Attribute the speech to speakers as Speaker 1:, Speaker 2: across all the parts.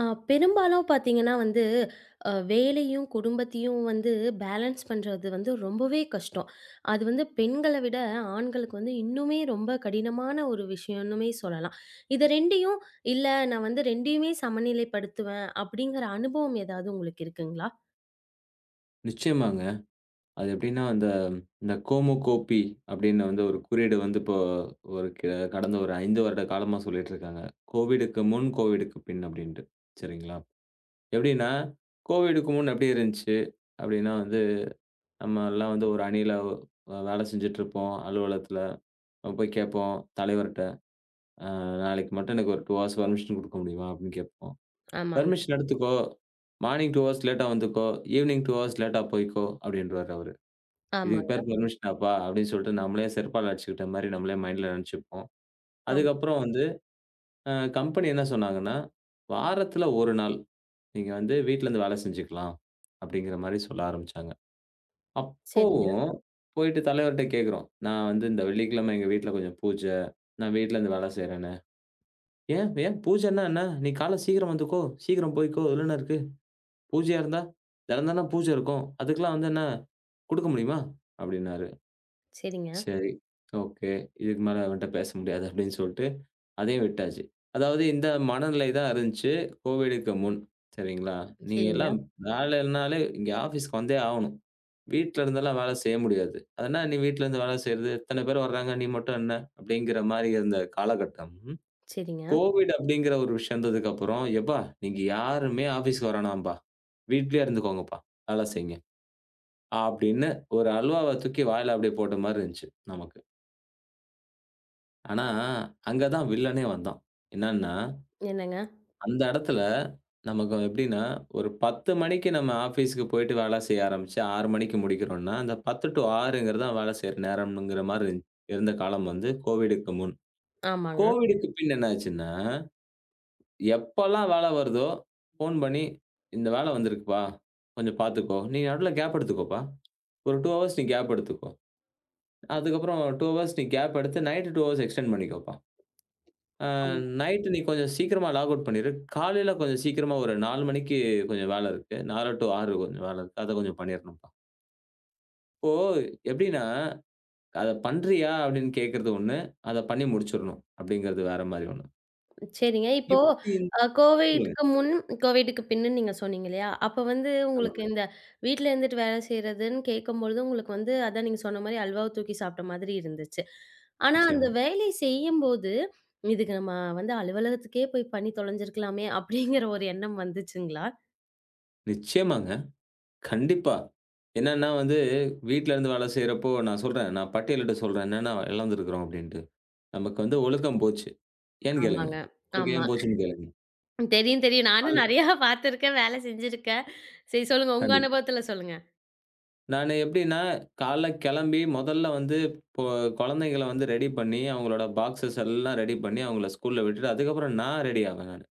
Speaker 1: ஆ பெரும்பாலும் பார்த்தீங்கன்னா வந்து, வேலையும், குடும்பத்தையும் வந்து பேலன்ஸ் பண்றது வந்து ரொம்பவே கஷ்டம். அது வந்து பெண்கள விட ஆண்களுக்கு வந்து இன்னுமே ரொம்ப கடினமான ஒரு விஷயம்னுமே சொல்லலாம். இத 2யும் இல்ல நான் வந்து 2யுமே சமநிலைப்படுத்துவேன் அப்படிங்கிற அனுபவம் ஏதாவது உங்களுக்கு இருக்குங்களா?
Speaker 2: நிச்சயமாங்க. அது எப்படின்னா, அந்த இந்த கோமோகோபி அப்படின்னு வந்து ஒரு குறியீடு வந்து இப்போ ஒரு கடந்த ஒரு 5 வருட காலமா சொல்லிட்டுருக்காங்க. கோவிடுக்கு முன், கோவிடுக்கு பின் அப்படின்ட்டு. சரிங்களா? எப்படின்னா, கோவிடுக்கு முன் எப்படி இருந்துச்சு அப்படின்னா வந்து, நம்மலாம் வந்து ஒரு அணியில வேலை செஞ்சுட்டுருப்போம் அலுவலகத்தில. நம்ம போய் கேட்போம் தலைவர்ட்ட, "அ நாளைக்கு மட்டும் எனக்கு ஒரு 2 ஹார்ஸ் பெர்மிஷன் குடுக்க முடியுமா?" அப்படின்னு கேட்போம்.
Speaker 1: ஆமாங்க.
Speaker 2: "பெர்மிஷன் எடுத்துக்கோ. மார்னிங் 2 ஹார்ஸ் லேட்டா வந்துக்கோ. ஈவினிங் 2 ஹார்ஸ் லேட்டா போய்க்கோ" அப்படின்ருவாரு அவரு.
Speaker 1: ஆமா,
Speaker 2: இதுக்கு பேர் பெர்மிஷனாப்பா அப்படின்னு சொல்லிட்டு நம்மளே செருப்பால அடிச்சுக்கிட்ட மாரி நம்மளே மைண்ட்ல நெனச்சுப்போம்.
Speaker 1: ஆமா.
Speaker 2: அதுக்கப்புறம் வந்து கம்பெனி என்ன சொன்னாங்கன்னா, "வாரத்துல 1 நாள் நீங்க வந்து வீட்லருந்து வேலை செஞ்சுக்கலாம்." அப்படிங்கிற மாரி சொல்ல ஆரம்பிச்சாங்க.
Speaker 1: சரிங்க,
Speaker 2: அப்பவும் போயிட்டு தலைவர்ட்ட கேட்கிறோம். "நான் வந்து இந்த வெள்ளிக்கிழமை எங்க வீட்ல கொஞ்சம் பூஜ. நான் வீட்லருந்து வேலை செய்றேன்னு." "ஏன் ஏன் பூஜைன்னா என்ன? நீ காலைல சீக்கிரம் வந்துக்கோ. சீக்கிரம் போய்க்கோ. இதுல என்ன இருக்கு? பூஜையா இருந்தா, தினம் தினம் பூஜை இருக்கும். அதுக்கெல்லாம் வந்து என்ன குடுக்க முடியுமா?" அப்படின்னாரு.
Speaker 1: சரிங்க,
Speaker 2: சரி. ஓகே. இதுக்கு மேல அவன்ட்ட பேச முடியாது அப்படின்னு சொல்லிட்டு, அதையும் விட்டாச்சு. அதாவது இந்த மனநிலை தான் இருந்துச்சு கோவிடுக்கு முன். சரிங்களா? நீங்க
Speaker 1: சரிங்க,
Speaker 2: எல்லாம் வேலைனாலே இங்க ஆஃபீஸ்க்கு வந்தே ஆவணும். வீட்ல இருந்தெல்லாம் வேலை செய்ய முடியாது. அதனா நீ வீட்ல இருந்து வேலை செய்றது, இத்தன பேர் வர்றாங்க, நீ மட்டும் என்ன? அப்படிங்கிற மாரி இருந்த காலகட்டம்.
Speaker 1: சரிங்க.
Speaker 2: கோவிட் அப்படிங்கிற ஒரு விஷயம் வந்ததுக்கு அப்புறம், "எப்பா நீங்க யாருமே ஆஃபீஸ்க்கு வேணாம்பா. வீட்லயே இருந்துக்கோங்கப்பா. வேலை செய்யுங்க." அப்படின்னு ஒரு அல்வாவ தூக்கி வாயில அப்படியே போட்ட மாரி இருந்துச்சு நமக்கு. ஆனா, அங்க தான் வில்லனே வந்தான். என்னன்னா,
Speaker 1: என்னங்க?
Speaker 2: அந்த இடத்துல நமக்கு எப்படின்னா, ஒரு 10 மணிக்கு நம்ம ஆஃபீஸ்க்கு போயிட்டு வேலை செய்ய ஆரம்பிச்சு 6 மணிக்கு முடிக்கிறோம்னா, அந்த 10 டூ 6ங்கிறது தான் வேலை செய்ற நேரம்ங்கிற மாரி இருந்த காலம் வந்து கோவிடுக்கு முன்.
Speaker 1: ஆமாங்க.
Speaker 2: கோவிடுக்கு பின் என்னாச்சுன்னா, எப்பலாம் வேலை வருதோ ஃபோன் பண்ணி, "இந்த வேலை வந்திருக்குப்பா, கொஞ்சம் பார்த்துக்கோ. நீ நடுவுல கேப் எடுத்துக்கோப்பா. ஒரு 2 ஹவர்ஸ் நீ கேப் எடுத்துக்கோ. அதுக்கப்புறம் 2 ஹவர்ஸ் நீ கேப் எடுத்து நைட்டு 2 ஹவர்ஸ் எக்ஸ்டெண்ட் பண்ணிக்கோப்பா." அ
Speaker 1: ஆமா.
Speaker 2: நைட்டு நீ கொஞ்சம் சீக்கிரமா லாக் அவுட் பண்ணிரு. காலையில கொஞ்சம் சீக்கிரமா ஒரு 4 மணிக்கு கொஞ்சம் வேலை இருக்கு. 4 டூ 6 கொஞ்சம் வேலை இருக்கு. அத கொஞ்சம் பண்ணிரணும்ப்பா. இப்போ எப்படின்னா, "அத பண்றியா?" அப்படின்னு கேட்கறது ஒண்ணு. அத பண்ணி முடிச்சிரணும் அப்படிங்கிறது வேற மாரி ஒண்ணு.
Speaker 1: சரிங்க. இப்போ
Speaker 2: இப்படி சொல்லுங்க.
Speaker 1: கோவிட்க்கு முன், கோவிட்க்கு பின்னுன்னு நீங்க சொன்னீங்க இல்லையா? அப்ப வந்து உங்களுக்கு
Speaker 2: ஆமாங்க.
Speaker 1: இந்த வீட்ல இருந்துட்டு வேலை செய்றதுன்னு கேட்கும்பொழுது, உங்களுக்கு வந்து அதான் நீங்க சொன்ன மாரி அல்வாவ தூக்கி சாப்பிட்ட மாதிரி இருந்துச்சு. ஆனா அந்த
Speaker 2: நிச்சயமா.
Speaker 1: வேலை செய்யும்போது, இதுக்கு நம்ம வந்து அலுவலகத்துக்கே போய் பண்ணி தொலைஞ்சிருக்கலாமே! அப்படிங்கிற ஒரு எண்ணம் வந்துச்சுங்களா?
Speaker 2: நிச்சயமாங்க. கண்டிப்பா. என்னன்னா வந்து, வீட்ல இருந்து வேலை செய்றப்போ நான் சொல்றேன். நான் பட்டியலிட்டு சொல்றேன். என்னென்ன இழந்திருக்கிறோம் அப்படின்ட்டு. நமக்கு வந்து ஒழுக்கம் போச்சு. ஏன்னு கேளுங்க.
Speaker 1: ஆமாங்க.
Speaker 2: ஒழுக்கம்
Speaker 1: ஆமா.
Speaker 2: ஏன் போச்சுன்னு கேளுங்க.
Speaker 1: தெரியும், தெரியும். நானும்
Speaker 2: அல்
Speaker 1: நெறையா பார்த்துருக்கேன், வேலை செஞ்சிருக்கேன். சரி சொல்லுங்க. உங்க
Speaker 2: கண்டிப்பா.
Speaker 1: அனுபவத்துல சொல்லுங்க.
Speaker 2: நானு எப்படின்னா, காலைல கிளம்பி முதல்ல வந்து இப்போ குழந்தைங்கள வந்து ரெடி பண்ணி, அவங்களோட பாக்ஸஸ் எல்லாம் ரெடி பண்ணி, அவங்கள ஸ்கூல்ல விட்டுட்டு, அதுக்கப்புறம் நான் ரெடி ஆவேன் நானு.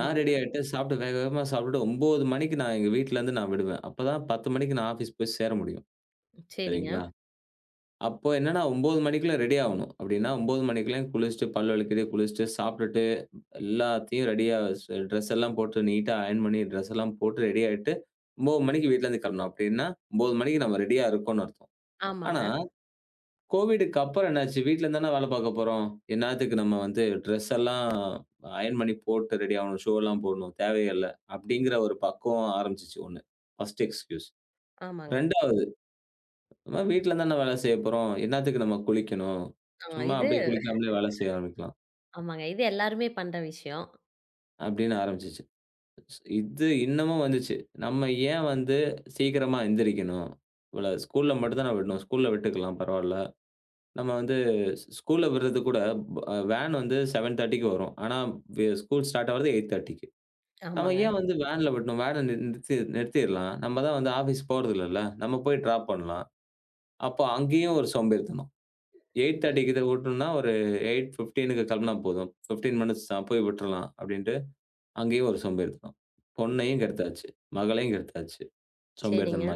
Speaker 2: நான் ரெடி ஆயிட்டு சாப்பிட்டு வேக வேகமா சாப்பிட்டுட்டு 9:00 மணிக்கு நான் எங்க வீட்லருந்து நான் விடுவேன். அப்பதான் 10:00 மணிக்கு நான் ஆஃபீஸ் போய் சேர முடியும்.
Speaker 1: சரிங்க.
Speaker 2: சரிங்களா? அப்போ என்னன்னா 9:00 மணிக்குள்ள ரெடி ஆவணும். அப்படின்னா 9:00 மணிக்கெல்லாம் குளிச்சுட்டு, பல் விளக்கிட்டு, குளிச்சுட்டு, சாப்பிட்டுட்டு, எல்லாத்தையும் ரெடியா ட்ரெஸ் எல்லாம் போட்டு நீட்டா அயர்ன் பண்ணி ட்ரெஸ் எல்லாம் போட்டு ரெடி ஆயிட்டு, 9:00 மணிக்கு வீட்லருந்து கிளம்பணும். அப்படின்னா 9:00 மணிக்கு நம்ம ரெடியா இருக்கோம்னு அர்த்தம்.
Speaker 1: ஆமாங்க,
Speaker 2: ஆனா, கோவிடுக்கு அப்புறம் என்னாச்சு? வீட்ல தான வேல பாக்க போறோம். என்னாத்துக்கு நம்ம வந்து ட்ரெஸ் எல்லாம் அயர்ன் பண்ணி போட்டு ரெடி ஆவணும். ஷூ எல்லாம் போடணும். தேவையில்ல. அப்படிங்கிற ஒரு பக்குவம் ஆரம்பிச்சுச்சு ஒண்ணு. First excuse.
Speaker 1: ஆமாங்க.
Speaker 2: 2வது நம்ம வீட்ல தான வேல செய்ய போறோம். என்னாத்துக்கு நம்ம குளிக்கணும்?
Speaker 1: ஆ
Speaker 2: சும்மா
Speaker 1: இது
Speaker 2: அப்படியே குளிக்காமலே வேல செய்ய ஆரம்பிக்கலாம்.
Speaker 1: ஆமாங்க. இது எல்லாருமே பண்ற விஷயம்.
Speaker 2: அப்படின்னு ஆரம்பிச்சுச்சு. இது இன்னமும் வந்துச்சு. நம்ம ஏன் வந்து சீக்கிரமா எந்திரிக்கணும்? இவள ஸ்கூல்ல மட்டும் தான விடணும். ஸ்கூல்ல விட்டுக்கலாம் பரவால்ல. நம்ம வந்து ஸ்கூல்ல விடுறது கூட ப வேன் வந்து 7:30க்கு வரும். ஆனா ஸ்கூல் ஸ்டார்ட் ஆகுறது 8:30க்கு. நம்ம
Speaker 1: ஆமாங்க.
Speaker 2: ஏன் வந்து வேன்ல விடணும்? வேன நிறுத்தி நிறுத்திர்லாம். நம்ம தான் வந்து ஆஃபீஸ் போறதில்லல்ல. நம்ம போய் ட்ராப் பண்ணலாம். அப்போ அங்கேயும் ஒரு சோம்பேறித்தனம். 8:30க்கு இத விட்டோம்னா ஒரு 8:15க்கு கிளம்புனா போதும். 15 மினிட்ஸ் தான் போய் விட்டுறலாம் அப்படின்ட்டு, அங்கேயும் ஒரு சோம்பேறித்தனம். பொண்ணையும் கெடுத்தாச்சு. மகளையும் கெடுத்தாச்சு.
Speaker 1: சரிங்க.
Speaker 2: சோம்பேறித்தனமா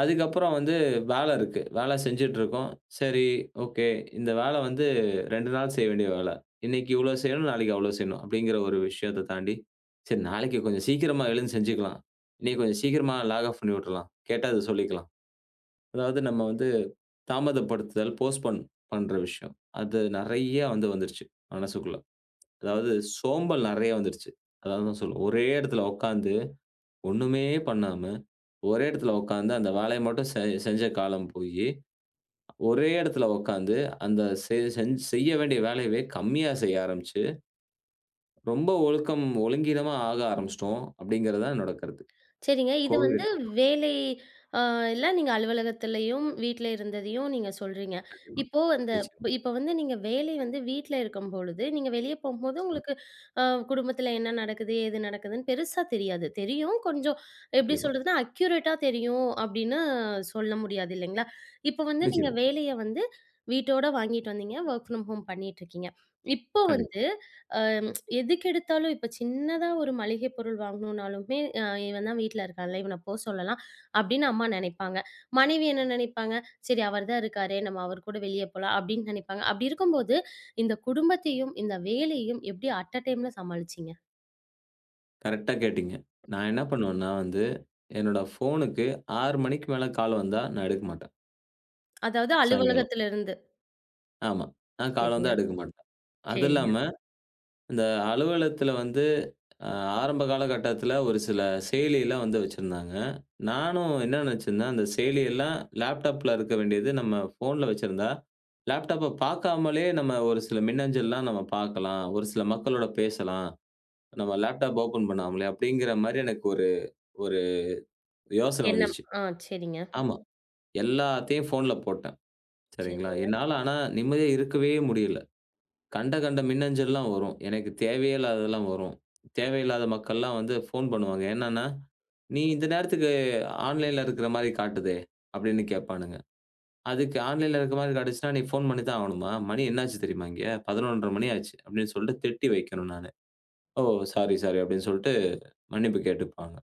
Speaker 2: அதுக்கப்புறம் வந்து வேலை இருக்கு. வேலை செஞ்சுட்டுருக்கோம். சரி, ஓகே. இந்த வேலை வந்து 2 நாள் செய்ய வேண்டிய வேலை. இன்னைக்கு இவ்ளோ செய்யணும், நாளைக்கு அவ்ளோ செய்யணும். அப்படிங்கிற ஒரு விஷயத்த தாண்டி, சரி நாளைக்கு கொஞ்சம் சீக்கிரமா எழுந்து செஞ்சுக்கலாம். இன்னைக்கு கொஞ்சம் சீக்கிரமா லாக் ஆஃப் பண்ணி விட்டுறலாம். கேட்டா அத சொல்லிக்கலாம். அதாவது நம்ம வந்து தாமதப்படுத்துதல், போஸ்ட்போன் பண்ற விஷயம். அது நெறைய வந்து வந்துருச்சு மனசுக்குள்ள. அதாவது சோம்பல் நெறைய வந்துருச்சு. அதான் நான் சொல்லுவேன். ஒரே இடத்துல உட்காந்து ஒண்ணுமே பண்ணாம ஒரே இடத்துல உட்காந்து அந்த வேலைய மட்டும் செஞ்ச காலம் போயி, ஒரே இடத்துல உட்காந்து அந்த செ செஞ் செய்ய வேண்டிய வேலையவே கம்மியா செய்ய ஆரம்பிச்சு, ரொம்ப ஒழுக்கம் ஒழுங்கீனமா ஆக ஆரம்பிச்சுட்டோம் அப்படிங்கிறது தான் என்னோட கருத்து.
Speaker 1: சரிங்க. இது வந்து
Speaker 2: கோவிடுக்கு அப்புறம்
Speaker 1: வேலை அ இல்ல நீங்க அலுவலகத்திலயும், வீட்ல இருந்ததையும் நீங்க சொல்றீங்க.
Speaker 2: கண்டிப்பா.
Speaker 1: இப்போ அந்த
Speaker 2: நிச்சயமா,
Speaker 1: இப்ப வந்து நீங்க வேலை வந்து வீட்ல இருக்கும்பொழுது, நீங்க வெளிய போகும்போது
Speaker 2: நிச்சயமா.
Speaker 1: உங்களுக்கு அ குடும்பத்தில என்ன நடக்குது, ஏது நடக்குதுன்னு பெருசா தெரியாது. தெரியும் கொஞ்சம் எப்படி
Speaker 2: கண்டிப்பா,
Speaker 1: சொல்றதுன்னா, அக்யூரேட்டா தெரியும் அப்படின்னு சொல்ல முடியாது இல்லைங்களா? இப்போ வந்து நீங்க
Speaker 2: நிச்சயமா.
Speaker 1: வேலைய வந்து வீட்டோட வாங்கிட்டு வந்தீங்க. வொர்க் ஃப்ரம் ஹோம் பண்ணிட்டுருக்கீங்க. இப்போ
Speaker 2: கண்டிப்பா.
Speaker 1: வந்து அ எதுக்கெடுத்தாலும் இப்ப சின்னதா ஒரு மளிகை பொருள் வாங்கணும்னாலுமே, இவன் தான் வீட்ல இருக்கான்ல, இவன போ சொல்லலாம் அப்படின்னு அம்மா நெனைப்பாங்க. மனைவி என்ன நெனைப்பாங்க, சரி அவர் தான் இருக்காரே, நம்ம அவர் கூட வெளிய போலாம் அப்படின்னு நெனைப்பாங்க. அப்படி இருக்கும்போது, இந்த குடும்பத்தையும், இந்த வேலையும் எப்படி அட் டைம்ல சமாளிச்சீங்க?
Speaker 2: கரெக்ட்டா கேட்டீங்க. நான் என்ன பண்ணுவேன்னா வந்து, என்னோட ஃபோனுக்கு 6 மணிக்கு மேல கால் வந்தா நான் எடுக்க மாட்டேன்.
Speaker 1: அதாவது
Speaker 2: சாயங்காலம்.
Speaker 1: அலுவலகத்துல இருந்து.
Speaker 2: ஆமா. நான் கால்
Speaker 1: சரிங்க,
Speaker 2: வந்தா எடுக்க மாட்டேன். அது
Speaker 1: சரிங்க.
Speaker 2: இல்லாம அந்த அலுவலகத்தில வந்து, அ ஆரம்ப காலகட்டத்தில ஒரு சில செயலிலாம் வந்து வச்சிருந்தாங்க. நானும் என்ன நினச்சிருந்தேன், அந்த செயலியெல்லாம் லேப்டாப்ல இருக்க வேண்டியது நம்ம ஃபோன்ல வச்சிருந்தா, லேப்டாப்ப பார்க்காமலே நம்ம ஒரு சில மின்னஞ்சல்லாம் நம்ம பார்க்கலாம். ஒரு சில மக்களோட பேசலாம். நம்ம லேப்டாப் ஓப்பன் பண்ணாமலே அப்படிங்கிற மாரி எனக்கு ஒரு ஒரு யோசனை
Speaker 1: எண்ணம்.
Speaker 2: வந்துச்சு.
Speaker 1: ஆ சரிங்க,
Speaker 2: ஆமா. எல்லாத்தையும் ஃபோன்ல போட்டேன். சரிங்களா?
Speaker 1: சரிங்க,
Speaker 2: என்னால ஆனா நிம்மதியா இருக்கவே முடியல. கண்ட கண்ட மின்னஞ்சல்லாம் வரும். எனக்கு தேவையே இல்லாததெல்லாம் வரும். தேவையில்லாத மக்கள்லாம் வந்து ஃபோன் பண்ணுவாங்க. என்னன்னா, "நீ இந்த நேரத்துக்கு ஆன்லைன்ல இருக்கிற மாரி காட்டுதே!" அப்படின்னு கேட்பானுங்க. அதுக்கு ஆன்லைன்ல இருக்கிற மாரி காட்டுச்சுன்னா, "நீ ஃபோன் பண்ணி தான் ஆகணுமா? மணி என்னாச்சு தெரியுமா இங்க? 11:30 மணி ஆச்சு" அப்படின்னு சொல்லிட்டு திட்டி வைக்கணும் நானு. "ஓ! சாரி, சாரி" அப்படின்னு சொல்லிட்டு மன்னிப்பு கேட்டுப்பாங்க.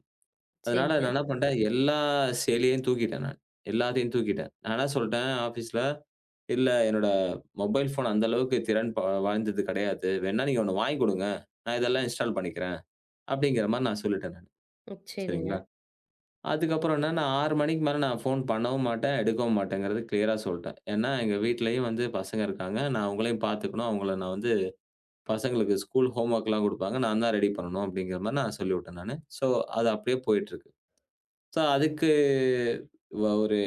Speaker 2: அதனால
Speaker 1: சரிங்க,
Speaker 2: நான் என்ன பண்ட்டேன், எல்லா செயலியையும் தூக்கிட்டேன் நான். எல்லாத்தையும் தூக்கிட்டேன். நான் என்ன சொல்ட்டேன் ஆஃபீஸ்ல இல்ல என்னோட மொபைல் ஃபோன் அந்த அளவுக்கு திறன் வாய்ந்தது கிடையாது. வேணா நீங்க ஒண்ணு வாங்கி குடுங்க. நான் இதெல்லாம் இன்ஸ்டால் பண்ணிக்கிறேன். அப்படிங்கிற மாரி நான் சொல்லிட்டேன் நானு.
Speaker 1: ம். சரிங்க,
Speaker 2: சரிங்களா? அதுக்கப்புறம் என்னன்னா 6 மணிக்கு மேல நான் ஃபோன் பண்ணவும் மாட்டேன், எடுக்கவும் மாட்டேங்கிறது கிளியரா சொல்ட்டேன். ஏன்னா எங்க வீட்லயும் வந்து பசங்க இருக்காங்க. நான் அவங்களையும் பார்த்துக்கணும். அவங்கள நான் வந்து பசங்களுக்கு ஸ்கூல் ஹோம்வொர்க்லாம் குடுப்பாங்க. நான் தான் ரெடி பண்ணணும் அப்படிங்கிற மாரி நான் சொல்லிவிட்டேன் நானு. ஸோ அது அப்படியே போயிட்டுருக்கு. சோ, அதுக்கு ஒரு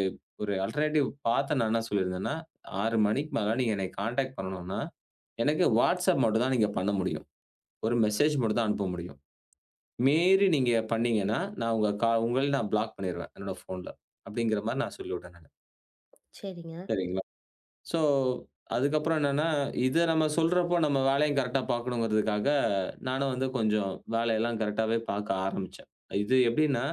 Speaker 2: ஒரு அல்டர்னேட்டிவ் பாத்து நான் என்ன சொல்லியிருந்தேன்னா, 6 மணிக்கு மேல நீங்க என்னைய கான்டாக்ட் பண்ணணும்னா, எனக்கு WhatsApp மட்டும் தான் நீங்க பண்ண முடியும். ஒரு மெசேஜ் மட்டும் தான் அனுப்ப முடியும். மீறி நீங்க பண்ணீங்கன்னா, நான் உங்க உங்கள நான் பிளாக் பண்ணிருவேன் என்னோட ஃபோன்ல. அப்படிங்கிற மாரி நான் சொல்லிவிட்டேன் நானு.
Speaker 1: சரிங்க,
Speaker 2: சரிங்களா? சோ, அதுக்கப்புறம் என்னன்னா, இத நம்ம சொல்றப்போ நம்ம வேலையும் கரெக்ட்டா பாக்கணுங்கிறதுக்காக, நானும் வந்து கொஞ்சம் வேலையெல்லாம் கரெக்ட்டாவே பாக்க ஆரம்பிச்சேன். இது எப்படின்னா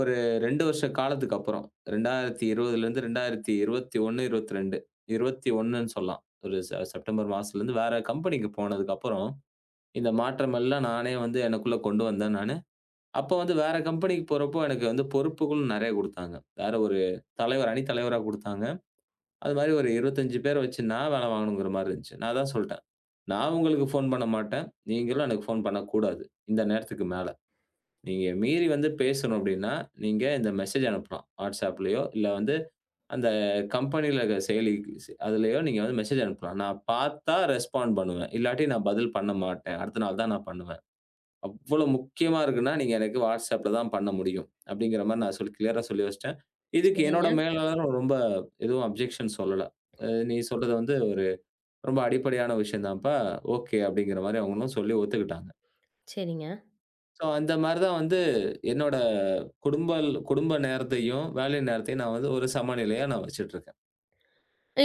Speaker 2: ஒரு 2 வருஷ காலத்துக்கு அப்புறம். 2020லேருந்து 2021, 22 21ன்னு சொல்லலாம். ஒரு செப்டம்பர் மாசத்துலேருந்து வேற கம்பெனிக்கு போனதுக்கப்புறம், இந்த மாற்றமெல்லாம் நானே வந்து எனக்குள்ள கொண்டு வந்தேன் நானு. அப்போ வந்து வேற கம்பெனிக்கு போறப்போ எனக்கு வந்து பொறுப்புகள் நெறைய குடுத்தாங்க. வேற ஒரு தலைவர் அணி தலைவரா குடுத்தாங்க. அது மாரி ஒரு 25 பேர வச்சு நான் வேல வாங்கணுங்கிற மாரி இருந்துச்சு. நான் அதான் சொல்ட்டேன். நான் உங்களுக்கு ஃபோன் பண்ண மாட்டேன். நீங்களும் எனக்கு ஃபோன் பண்ணக்கூடாது. இந்த நேரத்துக்கு மேல. நீங்க மீறி வந்து பேசணும் அப்படின்னா, நீங்க இந்த மெசேஜ் அனுப்பலாம். WhatsAppலயோ இல்ல வந்து அந்த கம்பெனில இருக்க செயலி அதுலயோ நீங்க வந்து மெசேஜ் அனுப்பலாம். நான் பார்த்தா ரெஸ்பாண்ட் பண்ணுவேன். இல்லாட்டி நான் பதில் பண்ண மாட்டேன். அடுத்த நாள் தான் நான் பண்ணுவேன். அவ்வளோ முக்கியமா இருக்குன்னா, நீங்க எனக்கு WhatsAppல தான் பண்ண முடியும். அப்படிங்கிற மாரி நான் சொல்லி கிளியரா சொல்லி வச்சுட்டேன். இதுக்கு
Speaker 1: சரிங்க,
Speaker 2: என்னோட மேலாளரும் ரொம்ப எதுவும் அப்ஜெக்ஷன் சொல்லல. நீ சொல்றது வந்து ஒரு ரொம்ப அடிப்படையான விஷயம் தான்ப்பா. ஓகே." அப்படிங்கிற மாரி அவங்களும் சொல்லி ஒத்துக்கிட்டாங்க.
Speaker 1: சரிங்க.
Speaker 2: ஸோ அந்த மாரி தான் வந்து என்னோட குடும்ப நேரத்தையும், வேலை நேரத்தையும் நான் வந்து ஒரு சமநிலையா நான் வச்சுட்டுருக்கேன்.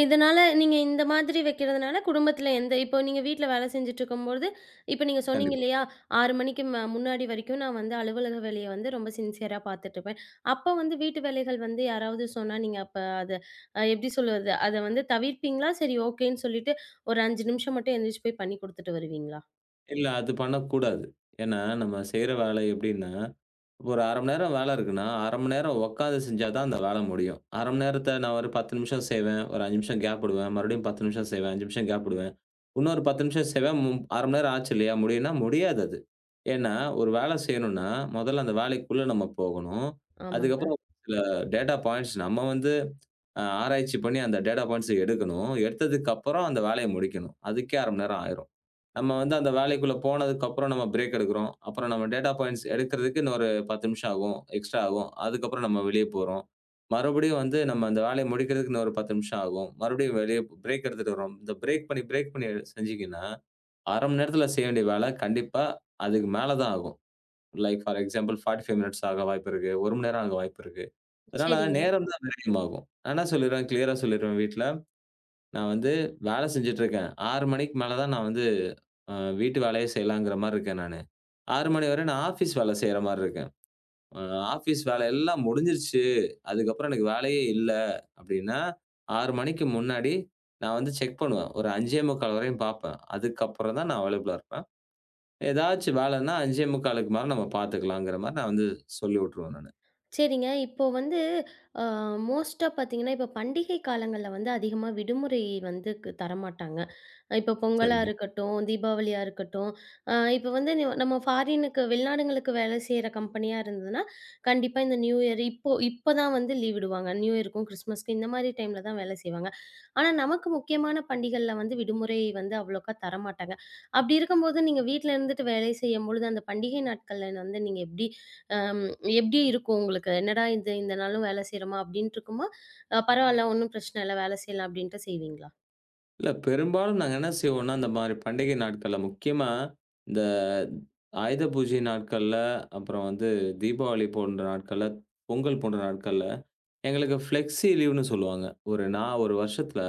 Speaker 1: இதனால நீங்க இந்த மாதிரி வைக்கிறதுனால, குடும்பத்தில எந்த இப்போ நீங்க வீட்ல வேலை செஞ்சுட்டு இருக்கும்பொழுது, இப்ப நீங்க சொன்னீங்க
Speaker 2: கண்டிப்பா.
Speaker 1: இல்லையா? 6 மணிக்கு முன்னாடி வரைக்கும் நான் வந்து அலுவலக வேலைய வந்து ரொம்ப சின்சியரா பார்த்துட்டுருப்பேன். அப்ப வந்து வீட்டு வேலைகள் வந்து யாராவது சொன்னா, நீங்க அப்ப அத எப்படி சொல்வது? அத வந்து தவிர்ப்பீங்களா? சரி ஓகேன்னு சொல்லிட்டு, ஒரு 5 நிமிஷம் மட்டும் எந்திரிச்சு போய் பண்ணி குடுத்துட்டு வருவீங்களா?
Speaker 2: இல்ல அது பண்ணக்கூடாது. ஏன்னா, நம்ம செய்ற வேலை எப்படின்னா, ஒரு 1/2 மணி நேரம் வேலை இருக்குன்னா, 1/2 மணி நேரம் உட்காந்து செஞ்சா தான் அந்த வேலை முடியும். 1/2 மணி நேரத்த நான் ஒரு 10 நிமிஷம் செய்வேன். ஒரு 5 நிமிஷம் கேப் விடுவேன். மறுபடியும் 10 நிமிஷம் செய்வேன். 5 நிமிஷம் கேப் விடுவேன். இன்னொரு 10 நிமிஷம் செய்வேன். மும் 1/2 மணி நேரம் ஆச்சு இல்லையா? முடியும்னா முடியாது அது. ஏன்னா, ஒரு வேலை செய்யணும்னா, முதல்ல அந்த வேலைக்குள்ள நம்ம போகணும்.
Speaker 1: ஆமாங்க.
Speaker 2: அதுக்கப்புறம் சில டேட்டா பாயிண்ட்ஸ் நம்ம வந்து ஆராய்ச்சி பண்ணி அந்த டேட்டா பாயிண்ட்ஸ எடுக்கணும். எடுத்ததுக்கப்புறம் அந்த வேலைய முடிக்கணும். அதுக்கே 1/2 மணி நேரம் ஆயிரும். நம்ம வந்து அந்த வேலைக்குள்ள போனதுக்கப்புறம் நம்ம பிரேக் எடுக்கிறோம். அப்புறம் நம்ம டேட்டா பாயிண்ட்ஸ் எடுக்கிறதுக்கு இன்னொரு 10 நிமிஷம் ஆகும். எக்ஸ்ட்ரா ஆகும். அதுக்கப்புறம் நம்ம வெளிய போறோம். மறுபடியும் வந்து நம்ம அந்த வேலைய முடிக்கிறதுக்கு இன்னொரு 10 நிமிஷம் ஆகும். மறுபடியும் வெளிய பிரேக் எடுத்துட்டு வரோம். இந்த பிரேக் பண்ணி, பிரேக் பண்ணி செஞ்சீங்கன்னா, 1/2 மணி நேரத்துல செய்ய வேண்டிய வேலை கண்டிப்பா அதுக்கு மேல தான் ஆகும். லைக் ஃபார் எக்ஸாம்பிள் 45 மினிட்ஸ் ஆக வாய்ப்பு இருக்கு. 1 மணி நேரம் ஆக வாய்ப்பு இருக்கு. அதனால
Speaker 1: சரிங்க.
Speaker 2: நேரம் தான் விரயமாகும். நான் என்ன சொல்லிருவேன் கிளியரா சொல்லிருவேன் வீட்ல. நான் வந்து வேலை செஞ்சுட்டு இருக்கேன். 6 மணிக்கு மேல தான் நான் வந்து அ வீட்டு வேலையே செய்யலாங்கிற மாரி இருக்கேன் நானு. 6 மணி வரை நான் ஆஃபீஸ் வேலை செய்ற மாரி இருக்கேன். அ ஆஃபீஸ் வேலை எல்லாம் முடிஞ்சிருச்சு. அதுக்கப்புறம் எனக்கு வேலையே இல்ல அப்டின்னா, 6 மணிக்கு முன்னாடி நான் வந்து செக் பண்ணுவேன். ஒரு 5:45 வரையும் பார்ப்பேன். அதுக்கப்புறம் தான் நான் அவைலபிளா இருப்பேன். ஏதாச்சும் வேலைன்னா 5:45க்கு மேல நம்ம பார்த்துக்கலாங்கிற மாரி நான் வந்து சொல்லி விட்டுருவேன் நானு.
Speaker 1: சரிங்க. இப்போ வந்து அ மோஸ்ட்டா பார்த்தீங்கன்னா, இப்போ பண்டிகை காலங்கள்ல வந்து அதிகமா விடுமுறை வந்து தரமாட்டாங்க. இப்போ பொங்கலா
Speaker 2: சரிங்க.
Speaker 1: இருக்கட்டும், தீபாவளியா இருக்கட்டும், இப்போ வந்து நம்ம ஃபாரினுக்கு வெளிநாடுங்களுக்கு வேலை செய்ற கம்பெனியா இருந்ததுன்னா, கண்டிப்பா இந்த நியூ இயர் இப்போ இப்போ தான் வந்து லீவ் விடுவாங்க. நியூ இயருக்கும், கிறிஸ்மஸ்க்கும் இந்த மாரி டைம்ல தான் வேலை செய்வாங்க. ஆனா, நமக்கு முக்கியமான பண்டிகைகள்ல வந்து விடுமுறை வந்து அவ்வளோக்கா தரமாட்டாங்க. அப்படி இருக்கும்போது, நீங்க வீட்ல இருந்துட்டு வேலை செய்யும்பொழுது, அந்த பண்டிகை நாட்கள்ல வந்து நீங்க எப்படி அ எப்படி இருக்கும் உங்களுக்கு? என்னடா இது இந்த நாளும் வேலை செய்றோமா? அப்படின்ட்டு இருக்குமா? பரவால்ல ஒண்ணும் பிரச்சனை இல்ல. வேலை செய்யலாம் அப்படின்ட்டு செய்வீங்களா?
Speaker 2: இல்ல பெரும்பாலும் நாங்க என்ன செய்வோம்னா, இந்த மாரி பண்டிகை நாட்கள்ல முக்கியமா இந்த ஆயுத பூஜை நாட்கள்ல, அப்புறம் வந்து தீபாவளி போன்ற நாட்கள்ல, பொங்கல் போன்ற நாட்கள்ல, எங்களுக்கு ஃப்ளெக்ஸி லீவ்ன்னு சொல்லுவாங்க. ஒரு நான் ஒரு வருஷத்துல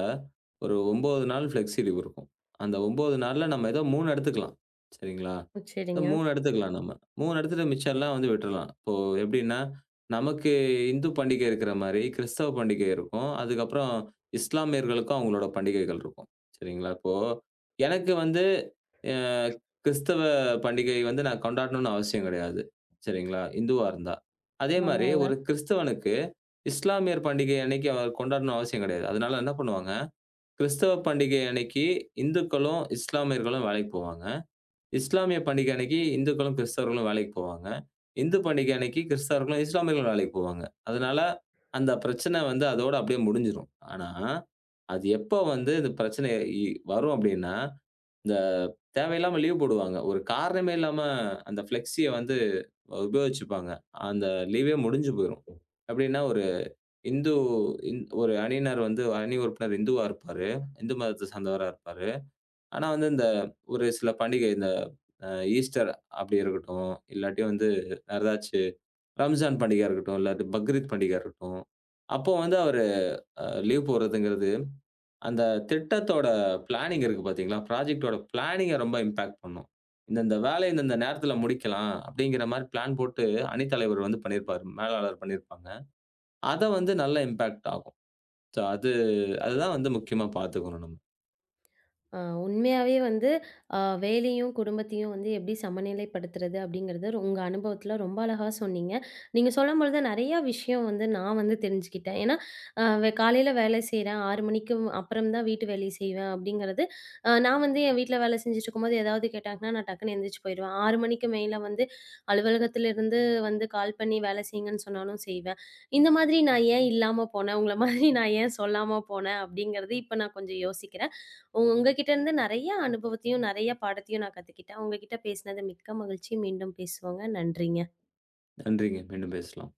Speaker 2: ஒரு 9 நாள் ஃப்ளெக்ஸி லீவ் இருக்கும். அந்த 9 நாள்ல நம்ம ஏதோ 3 எடுத்துக்கலாம். சரிங்களா? இந்த
Speaker 1: சரிங்க.
Speaker 2: 3 எடுத்துக்கலாம் நம்ம. 3 எடுத்துட்டு மிச்சம் எல்லாம் வந்து விட்டுறலாம். இப்போ எப்படின்னா, நமக்கு இந்து பண்டிகை இருக்கிற மாரி, கிறிஸ்தவ பண்டிகை இருக்கும். அதுக்கப்புறம் இஸ்லாமியர்களுக்கும் அவங்களோட பண்டிகைகள் இருக்கும். சரிங்களா? இப்போ எனக்கு வந்து அ கிறிஸ்தவ பண்டிகை வந்து நான் கொண்டாடணும்னு அவசியம் கிடையாது. சரிங்களா? இந்துவா இருந்தா. அதே மாரி
Speaker 1: ஆமாங்க.
Speaker 2: ஒரு கிறிஸ்தவனுக்கு இஸ்லாமியர் பண்டிகை அன்னைக்கு அவர் கொண்டாடணும்னு அவசியம் கிடையாது. அதனால என்ன பண்ணுவாங்க, கிறிஸ்தவ பண்டிகை அன்னைக்கு இந்துக்களும், இஸ்லாமியர்களும் வேலைக்கு போவாங்க. இஸ்லாமிய பண்டிகை அன்னைக்கு இந்துக்களும், கிறிஸ்தவர்களும் வேலைக்கு போவாங்க. இந்து பண்டிகை அன்னைக்கு கிறிஸ்தவர்களும், இஸ்லாமியர்களும் வேலைக்கு போவாங்க. அதனால அந்த பிரச்சனை வந்து அதோட அப்படியே முடிஞ்சிரும். ஆனா, அது எப்ப வந்து இந்த பிரச்சனை இ வரும் அப்படின்னா, இந்த தேவையில்லாம லீவ் போடுவாங்க. ஒரு காரணமே இல்லாம அந்த ஃப்ளெக்ஸிய வந்து உபயோகிச்சுப்பாங்க. அந்த லீவே முடிஞ்சு போயிரும். எப்படின்னா ஒரு இந்து ஒரு அணியினர் வந்து அணி உறுப்பினர் இந்துவா இருப்பாரு. இந்து மதத்த சார்ந்தவரா இருப்பாரு. ஆனா வந்து இந்த ஒரு சில பண்டிகை இந்த அ ஈஸ்டர் அப்படி இருக்கட்டும், இல்லாட்டி வந்து வேற ஏதாச்சு ரம்ஜான் பண்டிகையா இருக்கட்டும், இல்லாட்டி பக்ரீத் பண்டிகையா இருக்கட்டும், அப்போ வந்து அவரு லீவ் போடுறதுங்கிறது, அந்த திட்டத்தோட பிளானிங் இருக்கு பார்த்தீங்களா? ப்ராஜெக்ட்டோட பிளானிங்க ரொம்ப இம்பாக்ட் பண்ணும். இந்தந்த வேலைய இந்தந்த நேரத்தில முடிக்கலாம் அப்படிங்கிற மாரி பிளான் போட்டு அணித் தலைவர் வந்து பண்ணியிருப்பாரு. மேலாளர் பண்ணியிருப்பாங்க. அத வந்து நல்ல இம்பாக்ட் ஆகும். ஸோ அது அதுதான் வந்து முக்கியமா பார்த்துக்கணும் நம்ம.
Speaker 1: ஆ உண்மையாவே வந்து வேலையும், குடும்பத்தையும் வந்து எப்படி சமநிலைப்படுத்துறது அப்படிங்கிறது உங்க அனுபவத்தில ரொம்ப அழகா சொன்னீங்க. நீங்க சொல்லும்பொழுது நெறைய விஷயம் வந்து நான் வந்து தெரிஞ்சுக்கிட்டேன். ஏன்னா, அ காலையில வேலை செய்றேன், 6 மணிக்கு அப்புறம் தான் வீட்டு வேலை செய்வேன் அப்படிங்கிறது, நான் வந்து என் வீட்ல வேலை செஞ்சுட்டு இருக்கும்போது ஏதாவது கேட்டாங்கன்னா, நான் டக்குன்னு எந்திரிச்சு போயிருவேன். 6 மணிக்கு மேல வந்து அலுவலகத்திலிருந்து வந்து கால் பண்ணி வேலை செய்யுங்கன்னு சொன்னாலும் செய்வேன். இந்த மாதிரி நான் ஏன் இல்லாம போனேன்? உங்கள மாதிரி நான் ஏன் சொல்லாம போனேன்? அப்படிங்கிறது இப்ப நான் கொஞ்சம் யோசிக்கிறேன். உங்க கிட்ட இருந்து நெறைய அனுபவத்தையும், நெறைய பாடத்தையும் நான் கத்துக்கிட்டேன். உங்ககிட்ட பேசினது மிக்க மகிழ்ச்சி. மீண்டும் பேசுவோங்க. நன்றிங்க.
Speaker 2: நன்றிங்க. மீண்டும் பேசலாம்.